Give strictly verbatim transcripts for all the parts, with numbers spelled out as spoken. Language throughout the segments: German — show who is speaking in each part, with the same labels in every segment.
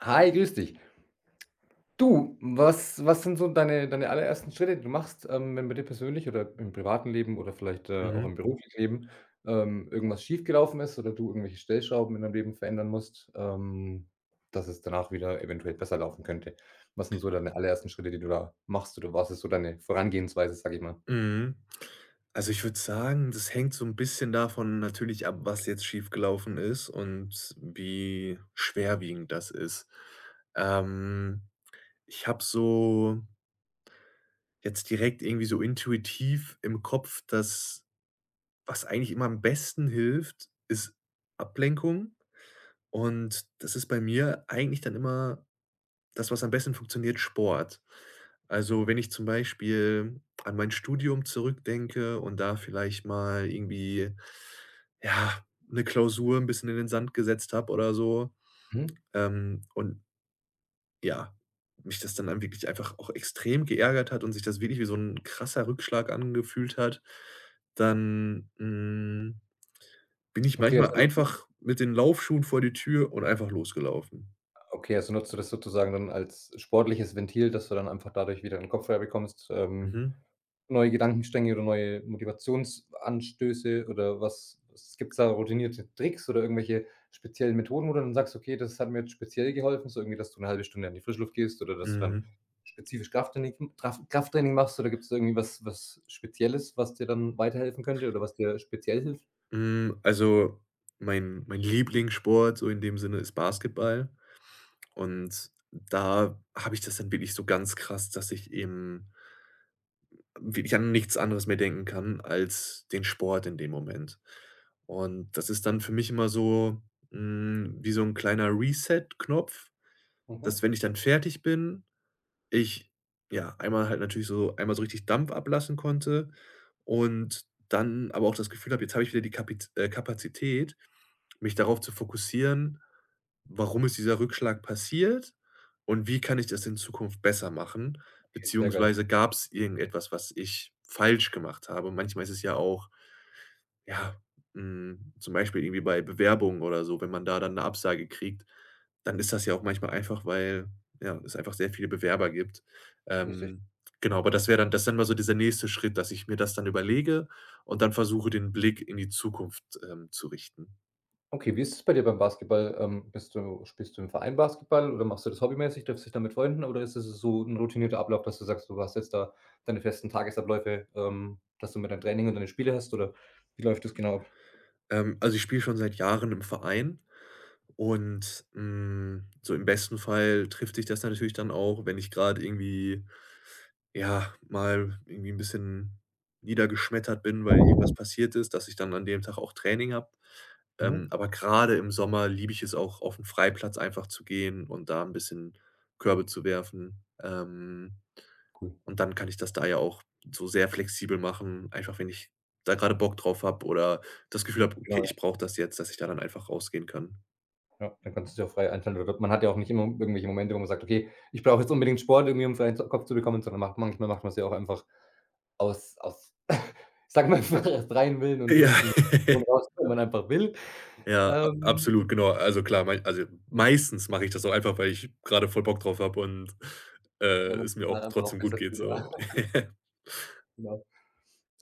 Speaker 1: Hi, grüß dich. Du, was was sind so deine deine allerersten Schritte, die du machst, ähm, wenn bei dir persönlich oder im privaten Leben oder vielleicht, äh, auch
Speaker 2: Mhm,
Speaker 1: im beruflichen Leben, ähm, irgendwas schiefgelaufen ist oder du irgendwelche Stellschrauben in deinem Leben verändern musst, ähm, dass es danach wieder eventuell besser laufen könnte? Was sind so deine allerersten Schritte, die du da machst oder was ist so deine Vorangehensweise, sag ich mal?
Speaker 2: mhm. Also, ich würde sagen, das hängt so ein bisschen davon natürlich ab, was jetzt schiefgelaufen ist und wie schwerwiegend das ist. Ähm, ich habe so jetzt direkt irgendwie so intuitiv im Kopf, dass was eigentlich immer am besten hilft, ist Ablenkung. Und das ist bei mir eigentlich dann immer das, was am besten funktioniert: Sport. Also, wenn ich zum Beispiel an mein Studium zurückdenke und da vielleicht mal irgendwie, ja, eine Klausur ein bisschen in den Sand gesetzt habe oder so,
Speaker 1: Mhm.
Speaker 2: ähm, und ja, mich das dann dann wirklich einfach auch extrem geärgert hat und sich das wirklich wie so ein krasser Rückschlag angefühlt hat, dann, hm, bin ich
Speaker 1: Okay,
Speaker 2: manchmal
Speaker 1: also nu
Speaker 2: einfach mit den Laufschuhen vor die Tür und einfach losgelaufen.
Speaker 1: okay, also nutzt du das sozusagen dann als sportliches Ventil, dass du dann einfach dadurch wieder den Kopf frei bekommst? ähm,
Speaker 2: Mhm.
Speaker 1: Neue Gedankenstränge oder neue Motivationsanstöße, oder was was gibt's da routinierte Tricks oder irgendwelche speziellen Methoden, wo du dann sagst: „Okay, das hat mir jetzt speziell geholfen“, so irgendwie, dass du eine halbe Stunde an die Frischluft gehst oder dass du dann
Speaker 2: Mhm.
Speaker 1: spezifisch Krafttraining Traf Krafttraining machst, oder gibt's da irgendwie was was Spezielles, was dir dann weiterhelfen könnte oder was dir speziell hilft?
Speaker 2: Hm, also, mein mein Lieblingssport so in dem Sinne ist Basketball, und da habe ich das dann wirklich so ganz krass, dass ich eben wirklich an nichts anderes mehr denken kann als den Sport in dem Moment. Und das ist dann für mich immer so, hm, wie so ein kleiner Reset-Knopf,
Speaker 1: Mhm.
Speaker 2: dass, wenn ich dann fertig bin, ich ja einmal halt natürlich so einmal so richtig Dampf ablassen konnte und dann aber auch das Gefühl habe, jetzt habe ich wieder die Kapiz äh, Kapazität, mich darauf zu fokussieren, warum ist dieser Rückschlag passiert und wie kann ich das in Zukunft besser machen?
Speaker 1: Okay, sehr geil.
Speaker 2: Beziehungsweise gab es irgendetwas, was ich falsch gemacht habe? Manchmal ist es ja auch, ja, hm, zum Beispiel irgendwie bei Bewerbungen oder so, wenn man da dann 'ne Absage kriegt, dann ist das ja auch manchmal einfach, weil, ja, es einfach sehr viele Bewerber gibt.
Speaker 1: Richtig.
Speaker 2: Ähm, genau, aber das wäre dann das ist dann mal so dieser nächste Schritt, dass ich mir das dann überlege und dann versuche, den Blick in die Zukunft, ähm, zu richten.
Speaker 1: Okay, wie ist es bei dir beim Basketball? Ähm, bist du Spielst du im Verein Basketball oder machst du das hobbymäßig? Triffst du dich da mit Freunden oder ist es so ein routinierter Ablauf, dass du sagst, du hast jetzt da deine festen Tagesabläufe, ähm, dass du mit deinem Training und deine Spiele hast, oder wie läuft das genau ab?
Speaker 2: Ähm, also, ich spiele schon seit Jahren im Verein, und, hm, so im besten Fall trifft sich das natürlich dann auch, wenn ich grad irgendwie, ja, mal irgendwie ein bisschen niedergeschmettert bin, weil irgendwas passiert ist, dass ich dann an dem Tag auch Training habe. Ähm,
Speaker 1: Mhm,
Speaker 2: aber gerade im Sommer liebe ich es auch, auf 'n Freiplatz einfach zu gehen und da ein bisschen Körbe zu werfen. Ähm,
Speaker 1: cool.
Speaker 2: und dann kann ich das da ja auch so sehr flexibel machen, einfach wenn ich da gerade Bock drauf habe oder das Gefühl habe: „Okay,
Speaker 1: Genau,
Speaker 2: ich brauche das jetzt“, dass ich da dann einfach rausgehen kann.
Speaker 1: ja, dann kannst du's ja frei einteilen, oder man hat ja auch nicht immer irgendwelche Momente, wo man sagt: „Okay, ich brauche jetzt unbedingt Sport irgendwie, um freien Z Kopf zu bekommen“, sondern macht manchmal macht man es ja auch einfach aus aus, ich sage mal, freien Willen und
Speaker 2: Ja.
Speaker 1: Lust und Motivation raus, wenn man einfach will.
Speaker 2: Ja, a
Speaker 1: Ähm
Speaker 2: absolut, genau. Also klar, mei also meistens mache ich das auch einfach, weil ich gerade voll Bock drauf habe und, äh,
Speaker 1: Weil man
Speaker 2: es
Speaker 1: sich
Speaker 2: mir
Speaker 1: halt
Speaker 2: auch
Speaker 1: einfach auch
Speaker 2: trotzdem gut
Speaker 1: besser
Speaker 2: geht
Speaker 1: fühlt, ja,
Speaker 2: so.
Speaker 1: genau.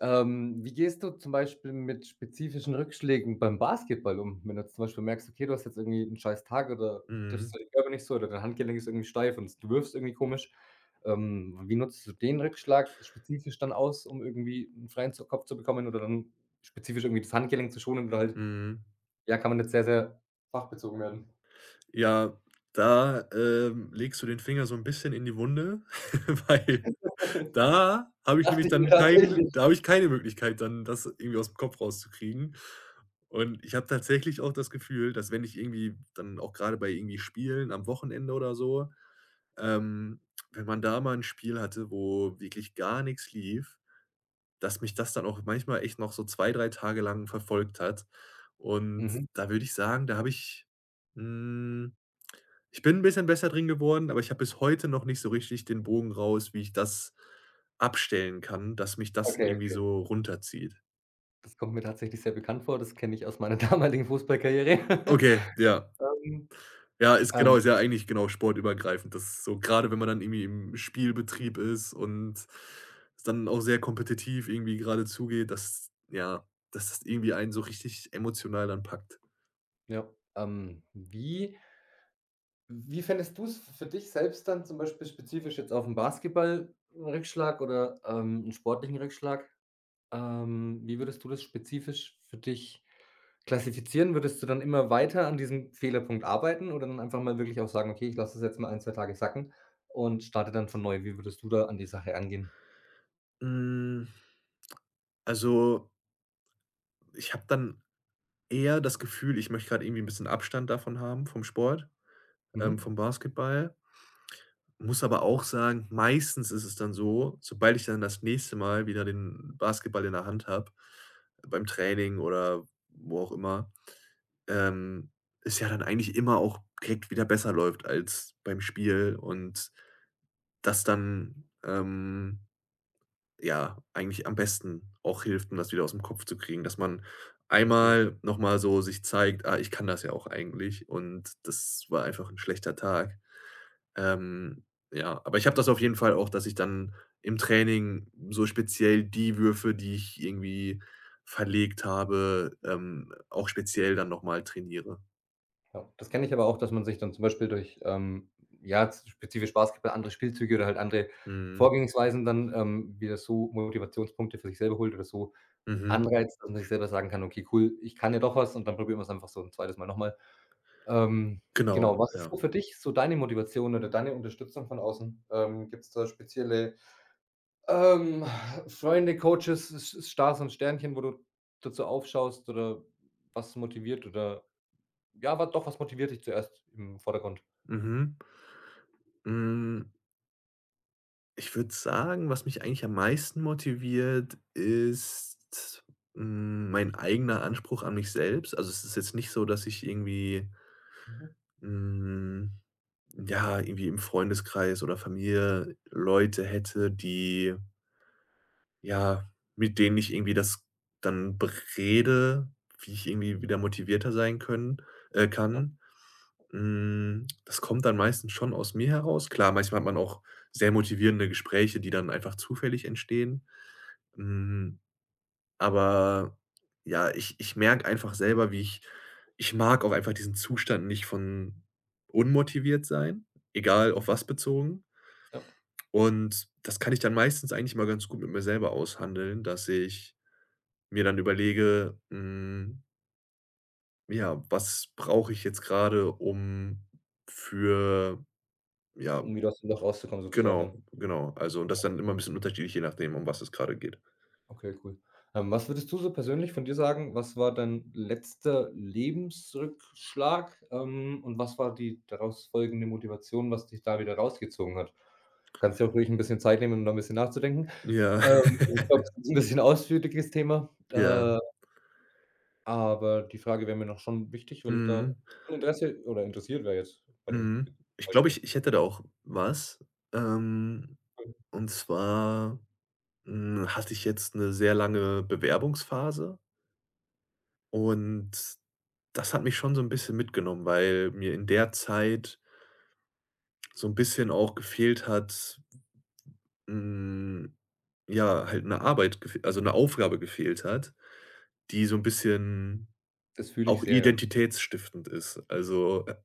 Speaker 1: Ähm, wie gehst du zum Beispiel mit spezifischen Rückschlägen beim Basketball um? Wenn du zum Beispiel merkst, okay, du hast jetzt irgendwie 'n scheiß Tag oder triffst
Speaker 2: Mhm,
Speaker 1: deinen Körper nicht so oder dein Handgelenk ist irgendwie steif und du wirfst irgendwie komisch. Ähm, wie nutzt du den Rückschlag spezifisch dann aus, um irgendwie 'n freien zu Kopf zu bekommen oder dann spezifisch irgendwie das Handgelenk zu schonen oder halt,
Speaker 2: mhm.
Speaker 1: ja, kann man jetzt sehr, sehr fachbezogen werden.
Speaker 2: Ja, da, ähm, legst du den Finger so ein bisschen in die Wunde, weil da habe ich
Speaker 1: Dachte
Speaker 2: nämlich
Speaker 1: ich mir
Speaker 2: dann kein
Speaker 1: tatsächlich.
Speaker 2: da habe ich keine Möglichkeit, dann das irgendwie aus dem Kopf rauszukriegen. Und ich habe tatsächlich auch das Gefühl, dass, wenn ich irgendwie dann auch gerade bei irgendwie Spielen am Wochenende oder so, Ähm, wenn man da mal 'n Spiel hatte, wo wirklich gar nix lief, dass mich das dann auch manchmal echt noch so zwei drei Tage lang verfolgt hat. Und
Speaker 1: Mhm.
Speaker 2: da würde ich sagen, da habe ich hm, ich bin 'n bisschen besser drin geworden, aber ich habe bis heute noch nicht so richtig den Bogen raus, wie ich das abstellen kann, dass mich das
Speaker 1: Okay,
Speaker 2: irgendwie
Speaker 1: okay.
Speaker 2: so runterzieht.
Speaker 1: Das kommt mir tatsächlich sehr bekannt vor. Das kenne ich aus meiner damaligen Fußballkarriere.
Speaker 2: Okay, ja.
Speaker 1: Ähm,
Speaker 2: Ja, ist
Speaker 1: ähm,
Speaker 2: genau, ist ja eigentlich genau sportübergreifend. Das ist so, gerade wenn man dann irgendwie im Spielbetrieb ist und es dann auch sehr kompetitiv irgendwie gerade zugeht, dass, ja, dass das irgendwie einen so richtig emotional dann packt.
Speaker 1: ja, ähm, wie Wie fändest du es für dich selbst dann zum Beispiel spezifisch jetzt auf 'n Basketball 'n Rückschlag oder, ähm, 'n sportlichen Rückschlag? Ähm, wie würdest du das spezifisch für dich klassifizieren? Würdest du dann immer weiter an diesem Fehlerpunkt arbeiten oder dann einfach mal wirklich auch sagen: „Okay, ich lasse das jetzt mal ein zwei Tage sacken und starte dann von neu.“ Wie würdest du da an die Sache angehen?
Speaker 2: Hm, also, ich habe dann eher das Gefühl, ich möchte gerade irgendwie 'n bisschen Abstand davon haben vom Sport, ähm,
Speaker 1: Mhm,
Speaker 2: vom Basketball. Muss aber auch sagen, meistens ist es dann so: Sobald ich dann das nächste Mal wieder den Basketball in der Hand habe, beim Training oder wo auch immer, Ähm, es ja dann eigentlich immer auch direkt wieder besser läuft als beim Spiel, und das dann, ähm, ja, eigentlich am besten auch hilft, um das wieder aus dem Kopf zu kriegen, dass man
Speaker 1: verstehe ich.
Speaker 2: einmal noch mal so sich zeigt: „Ah, ich kann das ja auch eigentlich und das war einfach ein schlechter Tag.“ Ähm, ja, aber ich habe das auf jeden Fall auch, dass ich dann im Training so speziell die Würfe, die ich irgendwie verlegt habe, ähm, auch speziell dann noch mal trainiere.
Speaker 1: Ja, das kenne ich aber auch, dass man sich dann zum Beispiel durch, ähm, ja, spezifisch Basketball andere Spielzüge oder halt andere
Speaker 2: Mhm.
Speaker 1: Vorgehensweisen dann, ähm, wieder so Motivationspunkte für sich selber holt oder so
Speaker 2: Mhm.
Speaker 1: anreizt, dass man sich selber sagen kann: „Okay, cool, ich kann ja doch was“, und dann probiert man's einfach so ein zweites Mal nochmal. Ähm,
Speaker 2: Genau,
Speaker 1: genau, was ist
Speaker 2: ja.
Speaker 1: so für dich so deine Motivation oder deine Unterstützung von außen? Ähm, Gibt es da spezielle, ähm, Freunde, Coaches, S S Stars und Sternchen, wo du dazu aufschaust oder was motiviert oder ja, wa doch, was motiviert dich zuerst im Vordergrund?
Speaker 2: Mhm. Hm, ich würde sagen, was mich eigentlich am meisten motiviert, ist, hm, mein eigener Anspruch an mich selbst. Also, es ist jetzt nicht so, dass ich irgendwie,
Speaker 1: Mhm.
Speaker 2: hm, ja, irgendwie im Freundeskreis oder Familie Leute hätte, die, ja, mit denen ich irgendwie das dann berede, wie ich irgendwie wieder motivierter sein können äh,
Speaker 1: Ja,
Speaker 2: kann. Hm, das kommt dann meistens schon aus mir heraus. Klar, manchmal hat man auch sehr motivierende Gespräche, die dann einfach zufällig entstehen. Hm, aber, ja, ich ich merke einfach selber, wie ich ich mag auch einfach diesen Zustand nicht, von unmotiviert sein, egal auf
Speaker 1: mhm,
Speaker 2: was bezogen.
Speaker 1: ja.
Speaker 2: Und das kann ich dann meistens eigentlich mal ganz gut mit mir selber aushandeln, dass ich mir dann überlege, hm, ja, was brauche ich jetzt gerade, um für, ja,
Speaker 1: Um wieder aus dem Loch rauszukommen sozusagen
Speaker 2: Genau,
Speaker 1: dann.
Speaker 2: genau. Also, und das dann immer 'n bisschen unterschiedlich, je nachdem, um was es grade geht.
Speaker 1: Okay, cool. Ähm, was würdest du so persönlich von dir sagen, was war dein letzter Lebensrückschlag, ähm, und was war die daraus folgende Motivation, was dich da wieder rausgezogen hat? Kannst dir auch ruhig ein bisschen Zeit nehmen, um da ein bisschen nachzudenken.
Speaker 2: Ja.
Speaker 1: Ähm, Ich glaube, das ist 'n bisschen ausführliches Thema,
Speaker 2: Ja.
Speaker 1: äh, aber die Frage wäre mir noch schon wichtig, weil ich da
Speaker 2: Mhm,
Speaker 1: schon Interesse oder interessiert wäre jetzt bei dem
Speaker 2: mhm. Ich glaube,
Speaker 1: Beispiel.
Speaker 2: ich ich hätte da auch was. Ähm, und zwar, hm, hatte ich jetzt 'ne sehr lange Bewerbungsphase, und das hat mich schon so 'n bisschen mitgenommen, weil mir in der Zeit so 'n bisschen auch gefehlt hat, hm, ja, halt 'ne Arbeit gef also 'ne Aufgabe gefehlt hat, die so 'n bisschen
Speaker 1: Das fühle ich
Speaker 2: auch
Speaker 1: sehr, ja.
Speaker 2: identitätsstiftend ist. Also, äh,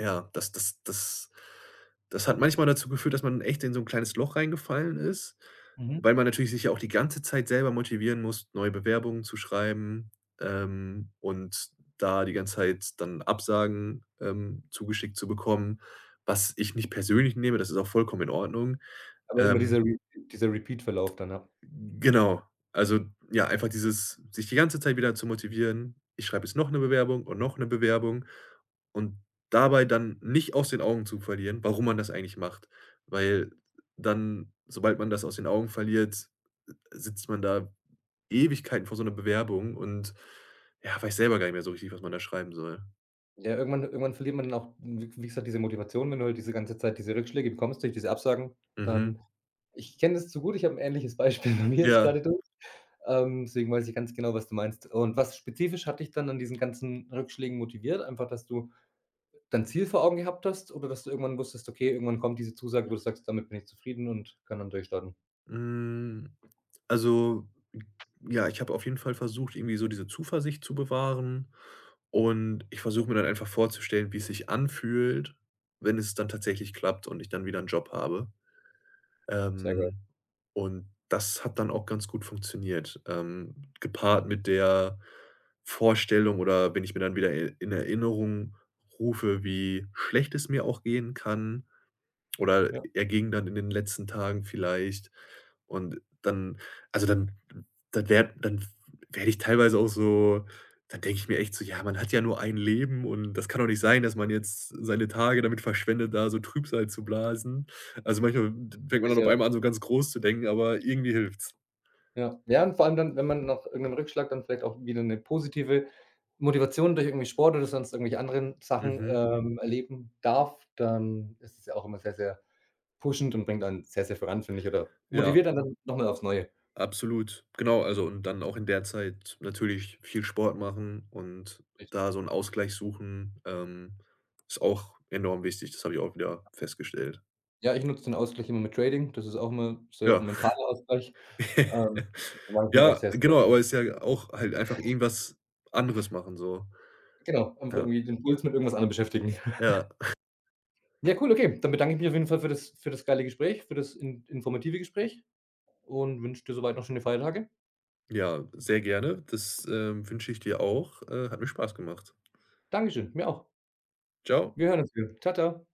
Speaker 2: ja, das das das das hat manchmal dazu geführt, dass man echt in so ein kleines Loch reingefallen ist,
Speaker 1: Mhm.
Speaker 2: weil man natürlich sich ja auch die ganze Zeit selber motivieren muss, neue Bewerbungen zu schreiben, ähm, und da die ganze Zeit dann Absagen, ähm, zugeschickt zu bekommen, was ich nicht persönlich nehme. Das ist auch vollkommen in Ordnung.
Speaker 1: Aber immer
Speaker 2: Ähm
Speaker 1: dieser Re dieser Repeat-Verlauf dann, ja.
Speaker 2: Genau. Also, ja, einfach dieses, sich die ganze Zeit wieder zu motivieren: „Ich schreibe jetzt noch eine Bewerbung und noch eine Bewerbung“, und dabei dann nicht aus den Augen zu verlieren, warum man das eigentlich macht. Weil dann, sobald man das aus den Augen verliert, sitzt man da Ewigkeiten vor so einer Bewerbung und, ja, weiß selber gar nicht mehr so richtig, was man da schreiben soll.
Speaker 1: Ja, irgendwann irgendwann verliert man dann auch, w wie gesagt, diese Motivation, wenn du halt diese ganze Zeit diese Rückschläge bekommst durch diese Absagen,
Speaker 2: Mhm.
Speaker 1: dann, ich kenne das zu gut, ich habe 'n ähnliches Beispiel bei mir jetzt
Speaker 2: Ja.
Speaker 1: grade durch, ähm, deswegen weiß ich ganz genau, was du meinst. Und was spezifisch hat dich dann an diesen ganzen Rückschlägen motiviert? Einfach, dass du dein Ziel vor Augen gehabt hast oder dass du irgendwann wusstest: „Okay, irgendwann kommt diese Zusage, wo du sagst, damit bin ich zufrieden und kann dann durchstarten.“
Speaker 2: Hm, also, ja, ich habe auf jeden Fall versucht, irgendwie so diese Zuversicht zu bewahren. Und ich versuche mir dann einfach vorzustellen, wie es sich anfühlt, wenn es dann tatsächlich klappt und ich dann wieder 'n Job habe.
Speaker 1: Sehr geil.
Speaker 2: Ähm, und das hat dann auch ganz gut funktioniert, ähm, gepaart mit der Vorstellung, oder wenn ich mir dann wieder e in Erinnerung rufe, wie schlecht es mir auch gehen kann, oder
Speaker 1: Ja.
Speaker 2: er ging dann in den letzten Tagen vielleicht. Und dann, also, dann dann wäre dann f werde ich teilweise auch so dann denke ich mir echt so: „Ja, man hat ja nur ein Leben und das kann doch nicht sein, dass man jetzt seine Tage damit verschwendet, da so Trübsal zu blasen.“ Also, manchmal d fängt man dann auf
Speaker 1: Welcher
Speaker 2: einmal an, so ganz groß zu denken, aber irgendwie hilft's.
Speaker 1: Ja. Ja, und vor allem dann, wenn man nach irgendeinem Rückschlag dann vielleicht auch wieder 'ne positive Motivation durch irgendwie Sport oder sonst irgendwelche anderen Sachen,
Speaker 2: Mhm.
Speaker 1: ähm, erleben darf, dann ist es ja auch immer sehr, sehr pushend und bringt einen sehr, sehr voran, finde ich, oder
Speaker 2: Ja.
Speaker 1: motiviert einen dann noch mal aufs Neue.
Speaker 2: Absolut, genau. Also, und dann auch in der Zeit natürlich viel Sport machen und
Speaker 1: Richtig.
Speaker 2: da so 'n Ausgleich suchen, ähm, ist auch enorm wichtig. Das habe ich auch wieder festgestellt.
Speaker 1: Ja, ich nutze den Ausgleich immer mit Trading. Das ist auch immer so 'n
Speaker 2: Ja.
Speaker 1: mentaler Ausgleich, ähm, manchmal auch
Speaker 2: Ja,
Speaker 1: sehr, sehr
Speaker 2: genau, aber ist ja auch halt einfach irgendwas anderes machen so.
Speaker 1: genau, einfach
Speaker 2: Ja,
Speaker 1: irgendwie den Puls mit irgendwas anderem beschäftigen.
Speaker 2: ja,
Speaker 1: Ja, cool, okay. Dann bedanke ich mich auf jeden Fall für das für das geile Gespräch, für das in informative Gespräch und wünsche dir so weit noch schöne Feiertage.
Speaker 2: ja, sehr gerne. Das, ähm, wünsche ich dir auch. Äh, hat mir Spaß gemacht.
Speaker 1: Dankeschön, mir auch.
Speaker 2: Tschau.
Speaker 1: Wir hören uns wieder. Tata.